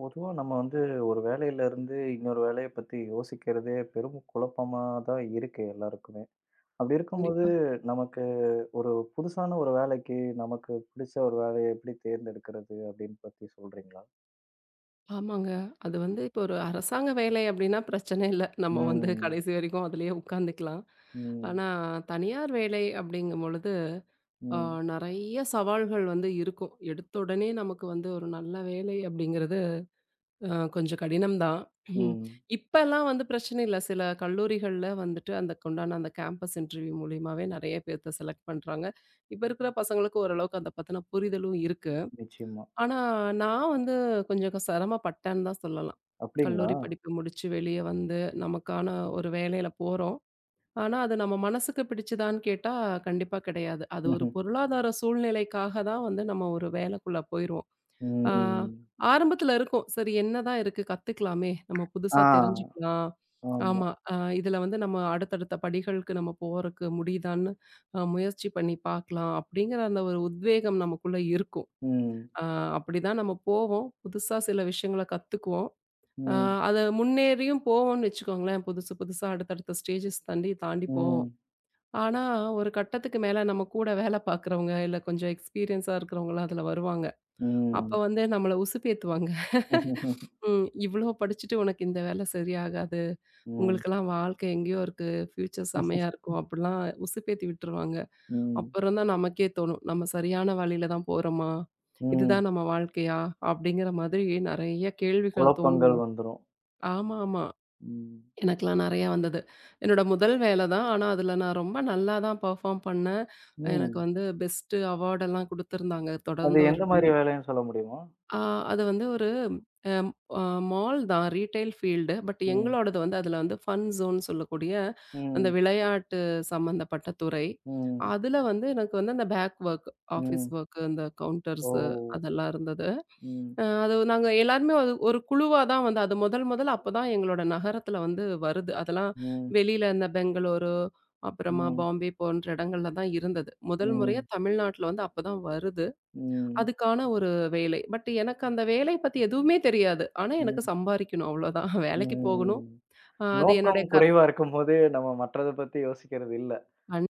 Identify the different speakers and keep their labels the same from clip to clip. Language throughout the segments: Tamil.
Speaker 1: பொதுவா நம்ம வந்து ஒரு வேலையில இருந்து இன்னொரு வேலைய பத்தி யோசிக்கிறதே பெரும் குழப்பமா தான் இருக்கு எல்லாருக்குமே. அப்படி இருக்கும்போது
Speaker 2: கண்டிப்பா.
Speaker 1: நமக்கு ஒரு புதுசான ஒரு வேலைக்கு நமக்கு பிடிச்ச ஒரு வேலைய எப்படி தேர்ந்தெடுக்கிறது அப்படின்னு பத்தி சொல்றீங்களா?
Speaker 2: ஆமாங்க. அது வந்து இப்போ ஒரு அரசாங்க வேலை அப்படின்னா பிரச்சனை இல்ல. நம்ம வந்து
Speaker 1: ம்.
Speaker 2: கடைசி வரைக்கும் அதிலேயே உட்காந்துக்கலாம்.
Speaker 1: ம்.
Speaker 2: ஆனா தனியார் வேலை அப்படிங்கும் பொழுது, அ
Speaker 1: ம்.
Speaker 2: நெறைய சவால்கள் வந்து இருக்கும். எடுத்த உடனே நமக்கு வந்து ஒரு நல்ல வேலை அப்படிங்கிறது கொஞ்சம் கடினம் தான்.
Speaker 1: ம்.
Speaker 2: இப்பலாம் வந்து பிரச்சனை இல்ல. சில கல்லூரிகள்ல வந்துட்டு அதுக்குண்டான அந்த கேம்பஸ் இன்டர்வியூ மூலியமாவே நெறைய பேர்த்த செலக்ட் பண்றாங்க. இப்ப இருக்கிற பசங்களுக்கு ஓரளவுக்கு அத பத்தின புரிதலும் இருக்கு.
Speaker 1: நிச்சயமா.
Speaker 2: ஆனா, நான் வந்து கொஞ்சம் சிரமப்பட்டேன்னு தான் சொல்லலாம்.
Speaker 1: அப்படிங்களா?
Speaker 2: கல்லூரி படிப்பு முடிச்சு வெளிய வந்து, நமக்கான ஒரு வேலையில போறோம். ஆனா, அது நம்ம மனசுக்கு பிடிச்சதான்னு கேட்டா, கண்டிப்பா கிடையாது. அது ஒரு
Speaker 1: ம்ஹ்ம்.
Speaker 2: பொருளாதார சூழ்நிலைக்காக தான் வந்து நம்ம ஒரு வேலைக்குள்ள போயிருவோம். ஆ
Speaker 1: ம்.
Speaker 2: ஆரம்பத்துல இருக்கும். சரி என்னதான் இருக்கு கத்துக்கலாமே! நம்ம
Speaker 1: ஆ.
Speaker 2: புதுசா தெரிஞ்சுக்கலாம்.
Speaker 1: ஆமா.
Speaker 2: ஆமா. இதுல வந்து நம்ம அடுத்தடுத்த படிகளுக்கு நம்ம போறக்கு முடியுதான்னு முயற்சி பண்ணி பார்க்கலாம். அப்படிங்கிற அந்த ஒரு உத்வேகம் நமக்குள்ள இருக்கும்.
Speaker 1: ம்.
Speaker 2: ஆ அப்படிதான் நம்ம போவோம். புதுசா சில விஷயங்கள கத்துக்குவோம். ஆ
Speaker 1: ம்.
Speaker 2: அத முன்னேறியும் போவோம்னு வச்சுக்கோங்களேன். புதுசு புதுசா அடுத்தடுத்த ஸ்டேஜஸ் தாண்டி தாண்டி போவோம்.
Speaker 1: ம்.
Speaker 2: ஆனா, ஒரு கட்டத்துக்கு மேல நம்ம கூட வேல பார்க்குறவங்க, இல்ல கொஞ்சம் எக்ஸ்பீரியன்ஸா இருக்கிறவங்கலாம் அதுல வருவாங்க. அப்ப
Speaker 1: ம்.
Speaker 2: வந்து நம்மள உசுப்பேத்துவாங்க. ம் "இவ்ளோ படிச்சுட்டு உனக்கு இந்த வேல சரியாகாது.
Speaker 1: ம்.
Speaker 2: உங்களுக்கெல்லாம் வாழ்க்கை எங்கேயோ இருக்கு. ஃப்யூச்சர் செம்மையா இருக்கும்." அப்படிலாம் உசுப்பேத்தி விட்டுருவாங்க.
Speaker 1: ம்.
Speaker 2: அப்புறம் தான் நமக்கே தோணும். நம்ம சரியான வழியில தான் போறோமா?
Speaker 1: ம்.
Speaker 2: இதுதான் நம்ம வாழ்க்கையா? அப்படிங்கிற மாதிரி நெறைய கேள்விகள் தோணுங்க.
Speaker 1: குழப்பங்கள் வந்துரும்.
Speaker 2: ஆமாமா.
Speaker 1: ம்.
Speaker 2: எனக்கெல்லாம் நெறையா வந்தது. என்னோட முதல் வேல தான். ஆனா, அதுல நான் ரொம்ப நல்லா தான் பெர்ஃபார்ம் பண்ணேன். எனக்கு
Speaker 1: ம்.
Speaker 2: வந்து பெஸ்ட்டு அவார்டெல்லாம் குடுத்திருந்தாங்க.
Speaker 1: அது
Speaker 2: தொடர்ந்து ஒரு
Speaker 1: எந்த
Speaker 2: 2,
Speaker 1: மாரி வேலைன்னு சொல்ல முடியுமா?
Speaker 2: ஆ அது வந்து ஒரு அம் அ மால் தான். Retail field. பட்
Speaker 1: ம்.
Speaker 2: எங்களோடது வந்து அதில வந்து ஃபன் ஜோன் சொல்லக்கூடிய அந்த
Speaker 1: ம்.
Speaker 2: விளையாட்டு சம்மந்தப்பட்ட துறை.
Speaker 1: ம்.
Speaker 2: அதில வந்து எனக்கு வந்து அந்த பேக் வொர்க், ஆஃபீஸ்
Speaker 1: ம்.
Speaker 2: வொர்க்கு, இந்த
Speaker 1: ஓ!
Speaker 2: கவுண்டர்ஸு அதெல்லாம் இருந்தது.
Speaker 1: ம்.
Speaker 2: அது நாங்க எல்லாருமே ஒரு ஒரு குழுவா தான் வந்து அது முதல் முதல்ல அப்ப தான் எங்களோட நகரத்தில வந்து வருது. அதெல்லாம்
Speaker 1: ம்.
Speaker 2: வெளியில இந்த பெங்களூரு, அப்புறமா
Speaker 1: ம்.
Speaker 2: பாம்பே போன்ற இடங்கள்ல தான் இருந்தது. முதல் முறையா
Speaker 1: ம்.
Speaker 2: தமிழ்நாட்டில வந்து அப்ப தான் வருது.
Speaker 1: ம்.
Speaker 2: அதுக்கான ஒரு வேலை. பட் எனக்கு அந்த வேலை பத்தி எதுவுமே தெரியாது. ஆனா எனக்கு
Speaker 1: ம்.
Speaker 2: சம்பாரிக்கணும் அவ்வளோதான். வேலைக்கு போகணும்.
Speaker 1: ம்.
Speaker 2: அ அது
Speaker 1: நோக்கம்
Speaker 2: என்னுடைய கற்
Speaker 1: குறைவா இருக்கும்போது, நம்ம மற்றத பத்தி யோசிக்கிறது இல்ல.
Speaker 2: கண்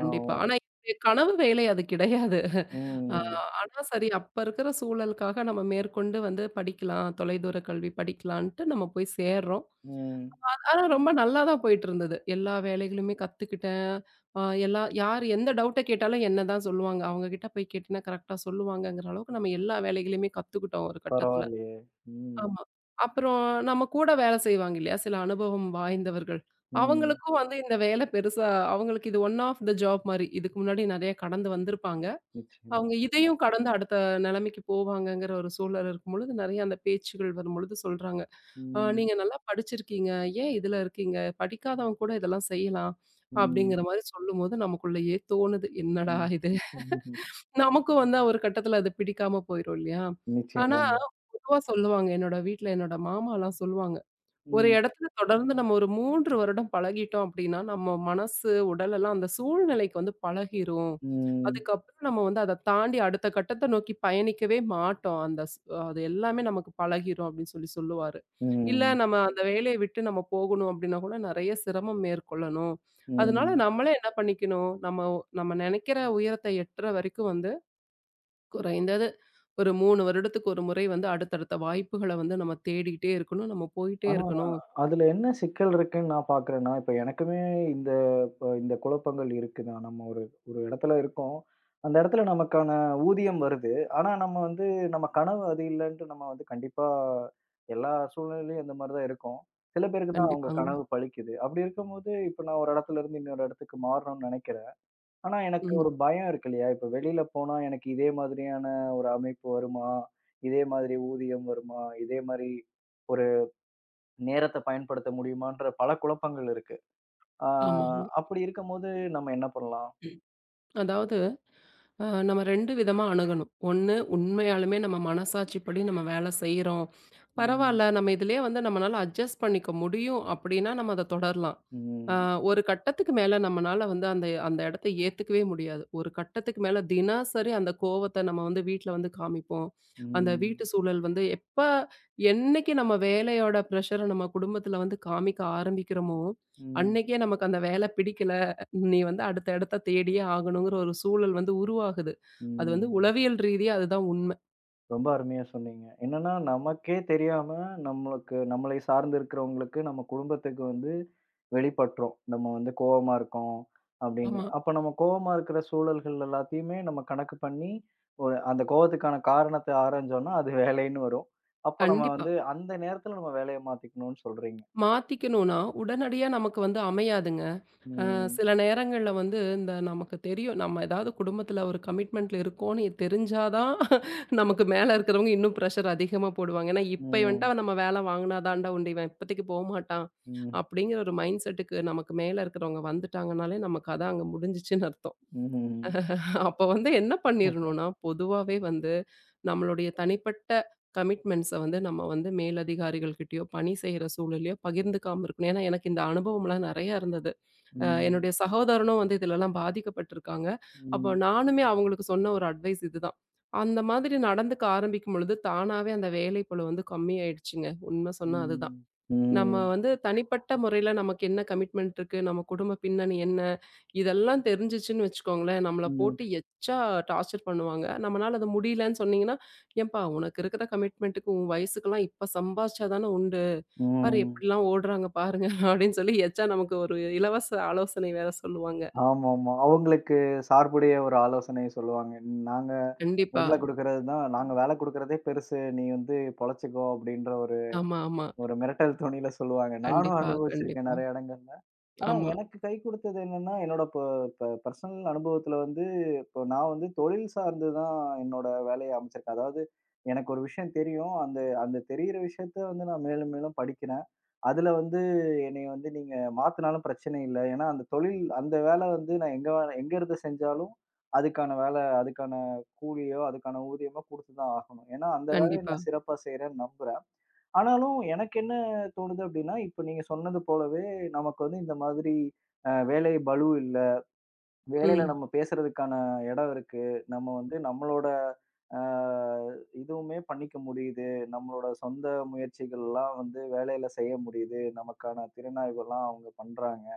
Speaker 2: கண்டிப்பா.
Speaker 1: ஆமா.
Speaker 2: ஆனா என்னுடைய கனவு வேலை அது கிடையாது. அ
Speaker 1: ம்.
Speaker 2: ஆனா சரி அப்ப இருக்கிற சூழலுக்காக நம்ம மேற்கொண்டு வந்து படிக்கலாம். தொலைதூர கல்வி படிக்கலான்ட்டு நம்ம போய் சேர்றோம்.
Speaker 1: ம்.
Speaker 2: ஆனா ரொம்ப நல்லா தான் போயிட்டுருந்தது. எல்லா வேலைகளுமே கத்துக்கிட்டேன். அ எல்லா யார் எந்த டவுட்ட கேட்டாலும் என்ன தான் சொல்லுவாங்க. அவங்க கிட்ட போய் கேட்டீன்னா கரெக்ட்டா சொல்லுவாங்கங்கிற அளவுக்கு நம்ம எல்லா வேலைகளையுமே கத்துக்கிட்டோம் ஒரு கட்டத்தில.
Speaker 1: பரவாயில்லையே! ம்.
Speaker 2: ஆமா. அப்புறம் நம்ம கூட வேலை செய்வாங்க இல்லையா? சில அனுபவம் வாய்ந்தவர்கள்.
Speaker 1: ம்.
Speaker 2: அவங்களுக்கும் வந்து இந்த வேலை பெருசா அவங்களுக்கு இது ஒன் ஆஃப் த ஜாப் மாரி. இதுக்கு முன்னாடி நெறைய கடந்து வந்திருப்பாங்க. அவங்க
Speaker 1: நிச்சயமா.
Speaker 2: இதையும் கடந்து அடுத்த நிலைமைக்கு போவாங்கங்கிற ஒரு சூழல் இருக்கும்பொழுது, நெறைய அந்த பேச்சுகள் வரும்பொழுது சொல்றாங்க. "ஆ
Speaker 1: ம்.
Speaker 2: நீங்க நல்லா படிச்சிருக்கீங்க. ஏன் இதுல இருக்கீங்க? படிக்காதவன் கூட இதெல்லாம் செய்யலாம்."
Speaker 1: ம்.
Speaker 2: அப்படிங்கிற மாரி சொல்லும்போது நமக்குள்ளயே தோணுது. என்னடா
Speaker 1: ம்.
Speaker 2: இது? நமக்கும் வந்து ஒரு கட்டத்துல அது பிடிக்காம போயிரும் இல்லையா? ஆனா,
Speaker 1: நிச்சயமாங்க.
Speaker 2: கண்டிப்பா. பொதுவா சொல்லுவாங்க. என்னோட வீட்ல என்னோட மாமாலாம் சொல்லுவாங்க. ஒரு
Speaker 1: ம்.
Speaker 2: இடத்துல தொடர்ந்து நம்ம ஒரு 3 வருடம் பழகிட்டோம் அப்படின்னா, நம்ம மனசு, உடல் எல்லாம் அந்த சூழ்நிலைக்கு வந்து பழகிரும்.
Speaker 1: ம்.
Speaker 2: அதுக்கப்புறம் நம்ம வந்து அத தாண்டி அடுத்த கட்டத்த நோக்கி பயணிக்கவே மாட்டோம். அந்த ஸ் அது எல்லாமே நமக்கு பழகிரும் அப்படின்னு சொல்லி சொல்லுவாரு. இல்ல
Speaker 1: ம்.
Speaker 2: நம்ம அந்த வேலைய விட்டு நம்ம போகணும் அப்படின்னா கூட நெறைய சிரமம் மேற்கொள்ளணும். அதனால
Speaker 1: ம்.
Speaker 2: நம்மளே என்ன பண்ணிக்கணும், நம்ம நம்ம நெனைக்கிற உயரத்த எட்டுற வரைக்கும் வந்து குறைந்தது ஒரு 3 வருடத்துக்கு ஒரு முறை வந்து அடுத்தடுத்த வாய்ப்புகள வந்து நம்ம தேடிட்டே இருக்கணும். நம்ம போயிட்டே
Speaker 1: ஆனா,
Speaker 2: இருக்கணும்.
Speaker 1: அதுல என்ன சிக்கல் இருக்குன்னு நான் பார்க்குறேன்னா, இப்ப எனக்குமே இந்த இப்ப இந்த குழப்பங்கள் இருக்குதான். நம்ம ஒரு ஒரு இடத்துல இருக்கோம். அந்த இடத்துல நமக்கான ஊதியம் வருது. ஆனா, நம்ம வந்து நம்ம கனவு அது இல்லன்ட்டு நம்ம வந்து கண்டிப்பா எல்லா சூழ்நிலையிலும் இந்த மாரி தான் இருக்கும். சில பேருக்கு தான் அவங்க
Speaker 2: கண்டிப்பாங்க.
Speaker 1: கனவு பலிக்குது. அப்படி இருக்கும்போது, இப்ப நான் ஒரு இடத்துல இருந்து இன்னொரு இடத்துக்கு மாறணும்னு நெனைக்கிறேன். ஆனா, எனக்கு
Speaker 2: ம்.
Speaker 1: ஒரு பயம் இருக்கு இல்லையா? இப்ப வெளியில போனா எனக்கு இதே மாதிரியான ஒரு அமைப்பு வருமா? இதே மாதிரி ஊதியம் வருமா? இதே மாரி நேரத்த பயன்படுத்த முடியுமான்ற பல குழப்பங்கள் இருக்கு. ஆ
Speaker 2: ஆமாங்க.
Speaker 1: ம். அப்படி இருக்கும்போது நம்ம என்ன பண்ணலாம்?
Speaker 2: அதாவது நம்ம 2 விதமா அணுகணும். ஒண்ணு உண்மையாலுமே நம்ம மனசாட்சிப்படி நம்ம வேலை செய்றோம்.
Speaker 1: ம்,
Speaker 2: பரவால்ல நம்ம இதிலயே வந்து நம்மனால அட்ஜஸ்ட் பண்ணிக்க முடியும் அப்டின்னா நம்ம அத தொடரலாம். அ
Speaker 1: ம்,
Speaker 2: ஒரு கட்டத்துக்கு மேல நம்மனால வந்து அந்த அந்த இடத்த ஏத்துக்கவே முடியாது. ஒரு கட்டத்துக்கு மேல தினசரி அந்த கோவத்த நம்ம வந்து வீட்ல வந்து காமிப்போம். அந்த
Speaker 1: ம்,
Speaker 2: வீட்டு சூழல் வந்து எப்ப என்னைக்கு நம்ம வேலையோட ப்ரஷர நம்ம குடும்பத்துல வந்து காமிக்க ஆரம்பிக்கிறோமோ,
Speaker 1: ம்,
Speaker 2: அன்னைக்கே நமக்கு அந்த வேல பிடிக்கல. நீ வந்து அடுத்த இடத்த தேடியே ஆகணுங்கிற ஒரு சூழல் வந்து உருவாகுது. அது வந்து
Speaker 1: ம்.
Speaker 2: உளவியல் ரீதியா அதுதான் உண்ம.
Speaker 1: ரொம்ப அருமையா சொன்னீங்க. என்னன்னா நமக்கே தெரியாம நம்மளுக்கு நம்மளை சார்ந்து இருக்கிறவங்களுக்கு நம்ம குடும்பத்துக்கு வந்து வெளிப்பட்ரும். நம்ம வந்து கோவமா இருக்கோம் அப்படின்னு.
Speaker 2: ஆமா,
Speaker 1: அப்ப நம்ம கோவமா இருக்கிற சூழல்கள் எல்லாத்தையுமே நம்ம கணக்கு பண்ணி ஒரு அந்த கோவத்துக்கான காரணத்த ஆராய்ஞ்சோம்னா, அது வேலைன்னு வரும். அப்ப நம்ம
Speaker 2: கண்டிப்பா.
Speaker 1: வந்து அந்த நேரத்துல நம்ம வேலைய மாத்திக்கணும்னு சொல்றீங்க.
Speaker 2: மாத்திக்கணும்னா, உடனடியா நமக்கு வந்து அமையாதுங்க.
Speaker 1: ம்.
Speaker 2: சில நேரங்கள்ல வந்து இந்த நமக்கு தெரியும். நம்ம ஏதாவது குடும்பத்துல ஒரு கமிட்மெண்ட்ல இருக்கோன்னு தெரிஞ்சா தான் நமக்கு மேல இருக்கிறவங்க இன்னும் ப்ரெஷர் அதிகமா போடுவாங்க. ஏன்னா, "இப்ப
Speaker 1: ம்.
Speaker 2: இவன்ட்ட நம்ம வேலை வாங்குனா தான்டா உண்டு. இவன் இப்பதைக்கு போமாட்டான்."
Speaker 1: ம்.
Speaker 2: அப்படிங்கிற ஒரு மைண்ட் செட்டுக்கு நமக்கு மேல இருக்கிறவங்க வந்துட்டாங்கனாலே, நமக்கு அதான் அங்க முடிஞ்சுச்சுன்னு அர்த்தம்.
Speaker 1: ம்.
Speaker 2: அப்ப வந்து என்ன பண்ணிரணும்னா, பொதுவாவே வந்து நம்மளுடைய தனிப்பட்ட கமிட்மெண்ட்ஸ வந்து நம்ம வந்து மேலதிகாரிகள் கிட்டயோ, பணி செய்ற சூழல்லயோ பகிர்ந்துக்காம இருக்கணும். ஏன்னா, எனக்கு இந்த அனுபவம்லாம் நெறைய இருந்தது.
Speaker 1: ம்.
Speaker 2: என்னுடைய சகோதரனும் வந்து இதுலலாம் பாதிக்கப்பட்டுருக்காங்க. அப்போ
Speaker 1: ம்.
Speaker 2: நானுமே அவங்களுக்கு சொன்ன ஒரு அட்வைஸ் இதுதான். அந்த மாதிரி நடந்துக்க ஆரம்பிக்கும் பொழுது, தானாவே அந்த வேலை பளு வந்து கம்மியாயிடுச்சுங்க. உண்ம சொன்னா
Speaker 1: ம்.
Speaker 2: அதுதான். நம்ம
Speaker 1: ம்.
Speaker 2: வந்து தனிப்பட்ட முறையில நமக்கு என்ன கமிட்மெண்ட் இருக்கு, நம்ம குடும்ப பின்னணி என்ன? இதெல்லாம் தெரிஞ்சுச்சுன்னு வச்சுக்கோங்களேன், நம்மள
Speaker 1: ம்.
Speaker 2: போட்டு எச்சா டார்ச்சர் பண்ணுவாங்க. நம்மனால அது முடியலன்னு சொன்னீங்கன்னா, "ஏன்பா உனக்கு இருக்கிற கமிட்மெண்ட்டுக்கு உன் வயசுக்கெல்லாம் இப்ப சம்பாரிச்சா தானே உண்டு. பாரு
Speaker 1: ம்.
Speaker 2: எப்படிலாம் ஓடுறாங்க பாருங்க" அப்படின்னு சொல்லி எச்சா நமக்கு ஒரு இலவச ஆலோசனை வேற சொல்லுவாங்க.
Speaker 1: ஆமாமா. அவங்களுக்கு சார்புடைய ஒரு ஆலோசனை சொல்லுவாங்க. நாங்க
Speaker 2: கண்டிப்பா.
Speaker 1: வேல குடுக்குறது தான் நாங்க வேல குடுக்குறதே பெருசு. நீ வந்து பொழச்சுக்கோ! அப்டின்ற ஒரு
Speaker 2: ஆமா, ஆமா.
Speaker 1: ஒரு மிரட்டல் தொனியில சொல்லுவாங்க. நானும்
Speaker 2: கண்டிப்பா,
Speaker 1: அனுபவிச்சிருக்கேன்
Speaker 2: கண்டிப்பா.
Speaker 1: நெறைய இடங்கள்ல. ஆனா
Speaker 2: ஆமா.
Speaker 1: எனக்கு கை குடுத்தது என்னன்னா, என்னோட ப ப பெர்சனல் அனுபவத்துல வந்து, இப்போ நான் வந்து தொழில் சார்ந்து தான் என்னோட வேலைய அமைச்சிருக்கேன். அதாவது எனக்கு ஒரு விஷயம் தெரியும். அந்த அந்த தெரியிற விஷயத்த வந்து நான் மேலும் மேலும் படிக்கிறேன். அதுல வந்து என்னைய வந்து நீங்க மாத்துனாலும் பிரச்சனை இல்ல. ஏன்னா அந்த தொழில் அந்த வேலை வந்து நான் எங்க வேல எங்க இருந்து செஞ்சாலும் அதுக்கான வேலை, அதுக்கான கூலியோ, அதுக்கான ஊதியமோ குடுத்து தான் ஆகணும். ஏன்னா அந்த வேலைய
Speaker 2: கண்டிப்பா.
Speaker 1: நான் சிறப்பா செய்றேன்னு நம்புறேன். ஆனாலும் எனக்கு என்ன தோணுது அப்படின்னா, இப்ப நீங்க சொன்னது போலவே நமக்கு வந்து இந்த மாதிரி வேலை பளு இல்ல. வேலையில
Speaker 2: ம்.
Speaker 1: நம்ம பேசுறதுக்கான இடம் இருக்கு. நம்ம வந்து நம்மளோட அ இதுவுமே பண்ணிக்க முடியுது. நம்மளோட சொந்த முயற்சிகள்லாம் வந்து வேலையில செய்ய முடியுது. நமக்கான திறனாய்வுலாம் அவங்க பண்றாங்க.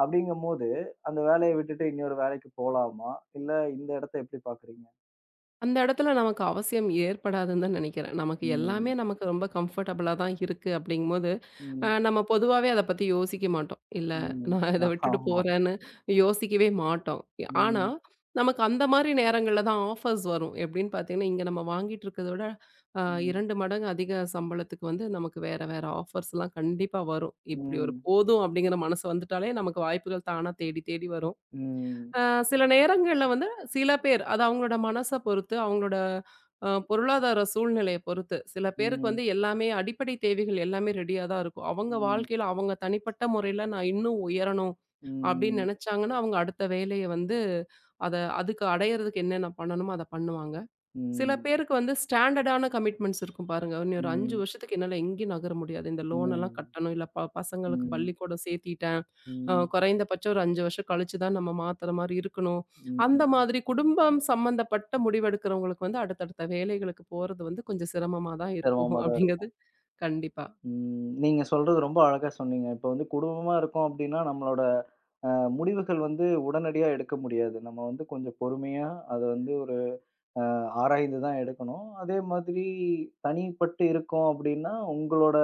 Speaker 1: அப்படிங்கும்போது, அந்த வேலைய விட்டுட்டு இன்னொரு வேலைக்கு போலாமா? இல்ல இந்த இடத்த எப்படி பார்க்குறீங்க?
Speaker 2: அந்த இடத்துல நமக்கு அவசியம் ஏற்படாதுன்னு தான் நினைக்கிறேன். நமக்கு எல்லாமே
Speaker 1: ம்.
Speaker 2: நமக்கு ரொம்ப கம்ஃபர்டபுளா தான் இருக்கு அப்படிங்கும்போது,
Speaker 1: ம்.
Speaker 2: நம்ம பொதுவாவே அத பத்தி யோசிக்க மாட்டோம். இல்ல
Speaker 1: ம்.
Speaker 2: நான் இத விட்டுட்டு
Speaker 1: ஆமா.
Speaker 2: போறேன்னு யோசிக்கவே மாட்டோம். ஆனா,
Speaker 1: ம்.
Speaker 2: நமக்கு அந்த மாரி நேரங்கள்ல தான் ஆஃபர்ஸ் வரும். எப்படின்னு பார்த்தீங்கன்னா, இங்க நம்ம வாங்கிட்டு இருக்கிறத விட அ
Speaker 1: ம்.
Speaker 2: 2 மடங்கு அதிக சம்பளத்துக்கு வந்து நமக்கு வேற வேற ஆஃபர்ஸ்லாம் கண்டிப்பா வரும். இப்படி ஒரு
Speaker 1: ம்.
Speaker 2: போதும் அப்படிங்கிற மனசு வந்துட்டாலே நமக்கு வாய்ப்புகள் தானா தேடி தேடி வரும்.
Speaker 1: ம்.
Speaker 2: அ சில நேரங்கள்ல வந்து சில பேர் அது அவங்களோட மனச பொறுத்து, அவங்களோட பொருளாதார சூழ்நிலைய பொறுத்து, சில பேருக்கு
Speaker 1: ம்.
Speaker 2: வந்து எல்லாமே அடிப்படை தேவைகள் எல்லாமே ரெடியா தான் இருக்கும். அவங்க
Speaker 1: ம்.
Speaker 2: வாழ்க்கையில அவங்க தனிப்பட்ட முறையில நான் இன்னும் உயரணும் அப்படின்னு
Speaker 1: ம்.
Speaker 2: நெனச்சாங்கன்னா, அவங்க அடுத்த வேலைய வந்து அத அதுக்கு அடையறதுக்கு என்னென்ன பண்ணணுமோ அத பண்ணுவாங்க. சில
Speaker 1: ம்.
Speaker 2: பேருக்கு வந்து ஸ்டாண்டர்டான கமிட்மெண்ட்ஸ் இருக்கும் பாருங்க. இனி ஒரு 5
Speaker 1: ம்.
Speaker 2: வருஷத்துக்கு என்னால எங்கேயும் நகர முடியாது. இந்த லோன் எல்லாம்
Speaker 1: ம்.
Speaker 2: கட்டணும், இல்ல பசங்களுக்கு
Speaker 1: ம்.
Speaker 2: பள்ளிக்கூடம் சேர்த்திட்டேன்.
Speaker 1: ம்.
Speaker 2: குறைந்தபட்சம் ஒரு 5 வருஷம் கழிச்சு தான் நம்ம மாத்துற மாரி இருக்கணும்.
Speaker 1: ம்.
Speaker 2: அந்த மாதிரி குடும்பம் சம்மந்தப்பட்ட முடிவெடுக்கிறவங்களுக்கு வந்து அடுத்தடுத்த வேலைகளுக்கு போறது வந்து கொஞ்சம் சிரமமா தான் இருக்கும்
Speaker 1: சிரமமா தான்
Speaker 2: அப்படிங்கிறது
Speaker 1: இருக்கும்.
Speaker 2: கண்டிப்பா.
Speaker 1: ம். நீங்க சொல்றது ரொம்ப அழகா சொன்னீங்க. இப்ப வந்து குடும்பமா இருக்கோம் அப்டின்னா, நம்மளோட அ முடிவுகள் வந்து உடனடியா எடுக்க முடியாது. நம்ம வந்து கொஞ்சம் பொறுமையா, அத வந்து ஒரு அ ஆராய்ந்து தான் எடுக்கணும். அதே மாதிரி தனிப்பட்டு இருக்கோம் அப்படின்னா, உங்களோட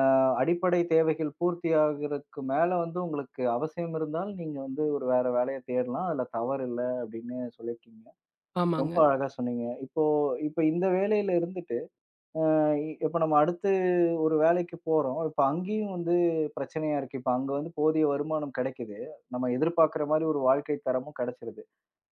Speaker 1: அ அடிப்படை தேவைகள் பூர்த்தியாகறக்கு மேல வந்து உங்களுக்கு அவசியம் இருந்தால், நீங்க வந்து ஒரு வேற வேலைய தேடலாம். அதுல தவறு இல்ல அப்படின்னு சொல்லியிருக்கீங்க. ரொம்ப
Speaker 2: ஆமாங்க.
Speaker 1: அழகா சொன்னீங்க. இப்போ இப்ப இந்த வேலையில இருந்துட்டு, அ இப்ப நம்ம அடுத்து ஒரு வேலைக்கு போறோம். இப்ப அங்கேயும் வந்து பிரச்சனையா இருக்கு. இப்ப அங்க வந்து போதிய வருமானம் கிடைக்குது. நம்ம எதிர்பார்க்கிற மாரி ஒரு வாழ்க்கை தரமும் கிடைச்சிருது.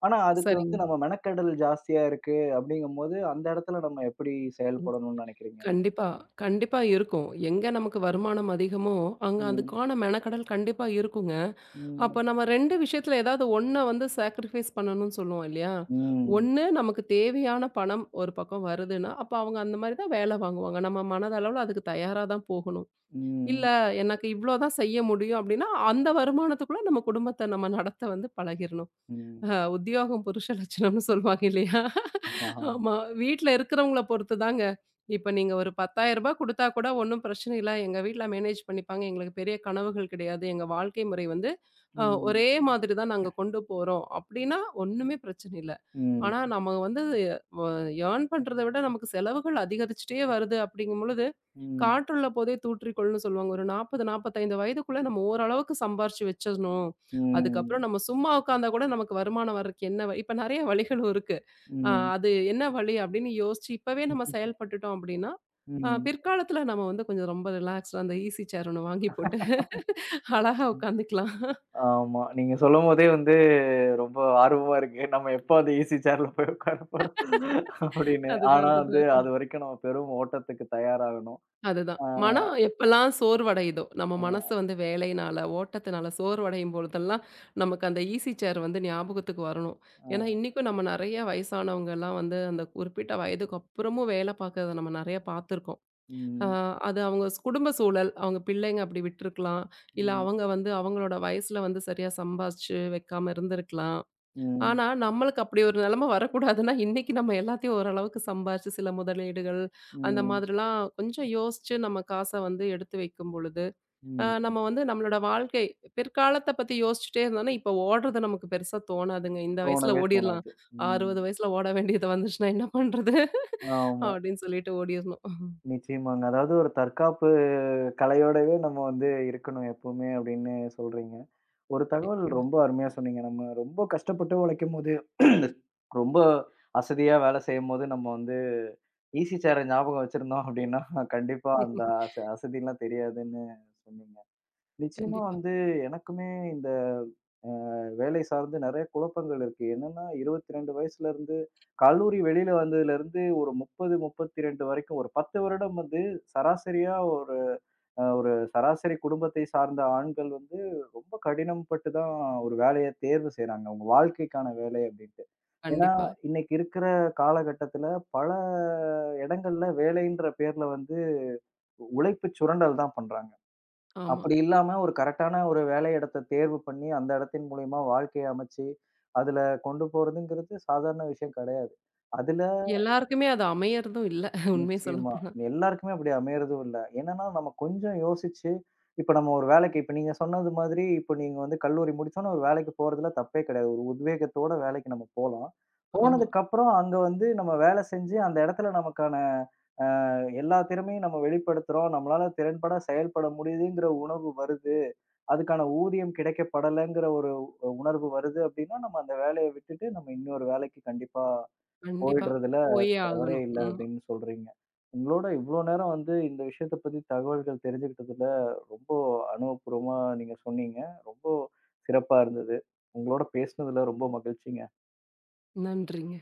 Speaker 1: ஆனா, அதுக்கு
Speaker 2: சரிங்க.
Speaker 1: வந்து நம்ம மெனக்கெடல் ஜாஸ்தியா இருக்கு அப்படிங்கும்போது, அந்த இடத்துல நம்ம எப்படி
Speaker 2: ம்.
Speaker 1: செயல்படணும்னு நினைக்கிறீங்க?
Speaker 2: கண்டிப்பா, கண்டிப்பா இருக்கும். எங்க நமக்கு வருமானம் அதிகமோ, அங்க
Speaker 1: ம்,
Speaker 2: அதுக்கான மெனக்கடல் கண்டிப்பா இருக்குங்க.
Speaker 1: ம்,
Speaker 2: அப்ப நம்ம 2 விஷயத்துல ஏதாவது ஒண்ண வந்து சாக்ரிஃபைஸ் பண்ணணும்னு சொல்லுவோம் இல்லையா?
Speaker 1: ம்,
Speaker 2: ஒண்ணு நமக்கு தேவையான பணம் ஒரு பக்கம் வருதுன்னா, அப்ப அவங்க அந்த மாரி தான் வேலை வாங்குவாங்க. நம்ம மனதளவுல அதுக்கு தயாரா தான் போகணும். இல்ல
Speaker 1: ம்,
Speaker 2: எனக்கு இவ்ளோ தான் செய்ய முடியும் அப்டின்னா, அந்த வருமானத்துக்குள்ள நம்ம குடும்பத்த நம்ம நடத்த வந்து பழகிரணும்.
Speaker 1: ம்.
Speaker 2: உத்தியோகம் புருஷ லட்சணம்னு சொல்லுவாங்க இல்லையா?
Speaker 1: ஆமா.
Speaker 2: ஆமா. வீட்ல இருக்கிறவங்கள பொறுத்துதாங்க. இப்ப நீங்க ஒரு ரூ. 10,000 குடுத்தா கூட ஒண்ணும் பிரச்சனை இல்ல. எங்க வீட்ல மேனேஜ் பண்ணிப்பாங்க. எங்களுக்கு பெரிய கனவுகள் கிடையாது. எங்க வாழ்க்கை முறை வந்து
Speaker 1: ம்,
Speaker 2: ஒரே மாதிரி தான் நாங்க கொண்டு போறோம். அப்டின்னா ஒண்ணுமே பிரச்சனை இல்ல.
Speaker 1: ம்,
Speaker 2: ஆனா நம்ம வந்து வ ஏர்ன் பண்றத விட நமக்கு செலவுகள் அதிகரிச்சுட்டே வருது அப்படிங்கும் பொழுது,
Speaker 1: ம்,
Speaker 2: "காற்றுள்ள போதே தூற்றிக்கொள்ன்னு" சொல்லுவாங்க. ஒரு 40, 45 வயதுக்குள்ள நம்ம ஓரளவுக்கு சம்பாரிச்சு வச்சிரணும். அதுக்கப்புறம்
Speaker 1: ம்,
Speaker 2: நம்ம சும்மா உட்கார்ந்தா கூட நமக்கு வருமானம் வர்றதுக்கு என்ன வழி? இப்ப நெறைய வழிகள் இருக்கு. அ
Speaker 1: ம்,
Speaker 2: அது என்ன வழி அப்படின்னு யோசிச்சு இப்பவே நம்ம செயல்பட்டுட்டோம் அப்படின்னா,
Speaker 1: ம்.
Speaker 2: பிற்காலத்துல நம்ம வந்து கொஞ்சம் ரொம்ப ரிலாக்ஸ்டா அந்த ஈஸி சேர் ஒண்ணு வாங்கி போட்டு அழகா உட்காந்துக்கலாம்.
Speaker 1: ஆமா. நீங்க சொல்லும்போதே வந்து ரொம்ப ஆர்வமா இருக்கு. நம்ம எப்போ அந்த ஈசி சேர்ல போய் உட்கார போறோம் அப்படின்னு.
Speaker 2: அதுதான்,
Speaker 1: ஆனா வந்து
Speaker 2: அதுதான்.
Speaker 1: அதுவரைக்கும் நம்ம பெரும் ஓட்டத்துக்கு தயாராகணும்.
Speaker 2: அதுதான்.
Speaker 1: ஆ,
Speaker 2: மனம் எப்பலாம் சோர்வடையுதோ, நம்ம
Speaker 1: ஆ,
Speaker 2: மனசு வந்து வேலையினால, ஓட்டத்தினால சோர்வடையும் பொழுதெல்லாம் நமக்கு அந்த ஈஸி சேர் வந்து ஞாபகத்துக்கு வரணும். ஏன்னா
Speaker 1: ஆ.
Speaker 2: இன்னைக்கும் நம்ம நெறைய வயசானவங்கலாம் வந்து அந்த குறிப்பிட்ட வயதுக்கு அப்புறமும் வேலை பார்க்கறத நம்ம நெறைய பார்த்துருக்கோம். அ
Speaker 1: ம்,
Speaker 2: அது அவங்க குடும்ப சூழல், அவங்க பிள்ளைங்க அப்படி விட்டுருக்கலாம். இல்ல
Speaker 1: ம்,
Speaker 2: அவங்க வந்து அவங்களோட வயசுல வந்து சரியா சம்பாதிச்சு வைக்காம இருந்திருக்கலாம்.
Speaker 1: ம்,
Speaker 2: ஆனா, நம்மளுக்கு அப்படி ஒரு நிலைமை வரக்கூடாதுன்னா, இன்னைக்கு நம்ம எல்லாத்தையும் ஓரளவுக்கு சம்பாரிச்சு சில முதலீடுகள், அந்த
Speaker 1: ம்,
Speaker 2: மாதிரிலாம் கொஞ்சம் யோசிச்சு நம்ம காச வந்து எடுத்து வைக்கும் பொழுது,
Speaker 1: ம்.
Speaker 2: நம்ம வந்து நம்மளோட வாழ்க்கை பிற்காலத்த பத்தி யோசிச்சுட்டே இருந்தோம்னா, இப்ப ஓடுறது நமக்கு பெருசா தோணாதுங்க. இந்த வயசுல
Speaker 1: தோணவே
Speaker 2: ஓடிறலாம்.
Speaker 1: தோணாது. ம்.
Speaker 2: 60 வயசுல ஓட வேண்டியது வந்துச்சுன்னா என்ன பண்றது?
Speaker 1: ஆமா.
Speaker 2: அப்படின்னு சொல்லிட்டு
Speaker 1: நிச்சயமாங்க. அதாவது ஒரு தற்காப்பு கலையோடவே நம்ம வந்து இருக்கணும் எப்பவுமே அப்படின்னு சொல்றீங்க. ஒரு தகவல்
Speaker 2: ஓடிறணும்.
Speaker 1: ரொம்ப அருமையா சொன்னீங்க. நம்ம ரொம்ப கஷ்டப்பட்டு உழைக்கும்போது, ரொம்ப அசதியா வேலை செய்யும்போது நம்ம வந்து ஈஸி சேர ஞாபகம் வச்சிருந்தோம் அப்படின்னா, கண்டிப்பா அந்த அசதிலாம் தெரியாதுன்னு சொன்னீங்க. நிச்சயமா
Speaker 2: கண்டிப்பா,
Speaker 1: வந்து எனக்குமே இந்த வேலை சார்ந்து நெறைய குழப்பங்கள் இருக்கு. என்னன்னா 22 வயசுல இருந்து கல்லூரி வெளியில வந்ததுலருந்து ஒரு 30, 32 வரைக்கும் ஒரு 10 வருடம் வந்து சராசரியா ஒரு ஒரு சராசரி குடும்பத்தை சார்ந்த ஆண்கள் வந்து ரொம்ப கடினம் பட்டு தான் ஒரு வேலைய தேர்வு செய்றாங்க. அவங்க வாழ்க்கைக்கான வேலை அப்டின்ட்டு. ஏன்னா,
Speaker 2: கண்டிப்பா.
Speaker 1: இன்னைக்கு இருக்கிற காலகட்டத்துல பல இடங்கள்ல வேலைன்ற பேர்ல வந்து உழைப்பு சுரண்டல் தான் பண்றாங்க.
Speaker 2: ஆமா.
Speaker 1: அப்படி இல்லாம ஒரு கரெக்டான ஒரு வேலை இடத்த தேர்வு பண்ணி, அந்த இடத்தின் மூலியமா வாழ்க்கைய அமைச்சு, அதுல கொண்டு போறதுங்கிறது சாதாரண விஷயம் கிடையாது. அதுல
Speaker 2: எல்லாருக்குமே அது அமையறதும் இல்ல. உண்மைய
Speaker 1: நிச்சயமா.
Speaker 2: சொல்லப்போனா.
Speaker 1: எல்லாருக்குமே அப்படி அமையறதும் இல்ல. என்னன்னா, நம்ம கொஞ்சம் யோசிச்சு, இப்ப நம்ம ஒரு வேலைக்கு இப்ப நீங்க சொன்னது மாதிரி, இப்ப நீங்க வந்து கல்லூரி முடிச்சோனே ஒரு வேலைக்கு போறதுல தப்பே கிடையாது. ஒரு உத்வேகத்தோட வேலைக்கு நம்ம போலாம்.
Speaker 2: ஆமா.
Speaker 1: போனதுக்கப்புறம் அங்க வந்து நம்ம வேலை செஞ்சு, அந்த இடத்துல நமக்கான எல்லா திறமையும் நம்ம வெளிப்படுத்துறோம். நம்மளால திறன்பட செயல்பட முடியுதுங்கிற உணர்வு வருது. அதுக்கான ஊதியம் கிடைக்கப்படலைங்கிற ஒரு உணர்வு வருது அப்படின்னா, நம்ம அந்த வேலையை விட்டுட்டு நம்ம இன்னொரு வேலைக்கு கண்டிப்பா
Speaker 2: கண்டிப்பா.
Speaker 1: போயிடுறதுல
Speaker 2: போயே
Speaker 1: தவறே
Speaker 2: ஆகணும்.
Speaker 1: இல்ல
Speaker 2: ம்.
Speaker 1: அப்படின்னு சொல்றீங்க. உங்களோட இவ்வளோ நேரம் வந்து இந்த விஷயத்த பத்தி தகவல்கள் தெரிஞ்சுக்கிட்டதுல ரொம்ப அனுபவபூர்வமா நீங்க சொன்னீங்க. ரொம்ப சிறப்பா இருந்தது. உங்களோட பேசினதுல ரொம்ப மகிழ்ச்சிங்க.
Speaker 2: நன்றிங்க.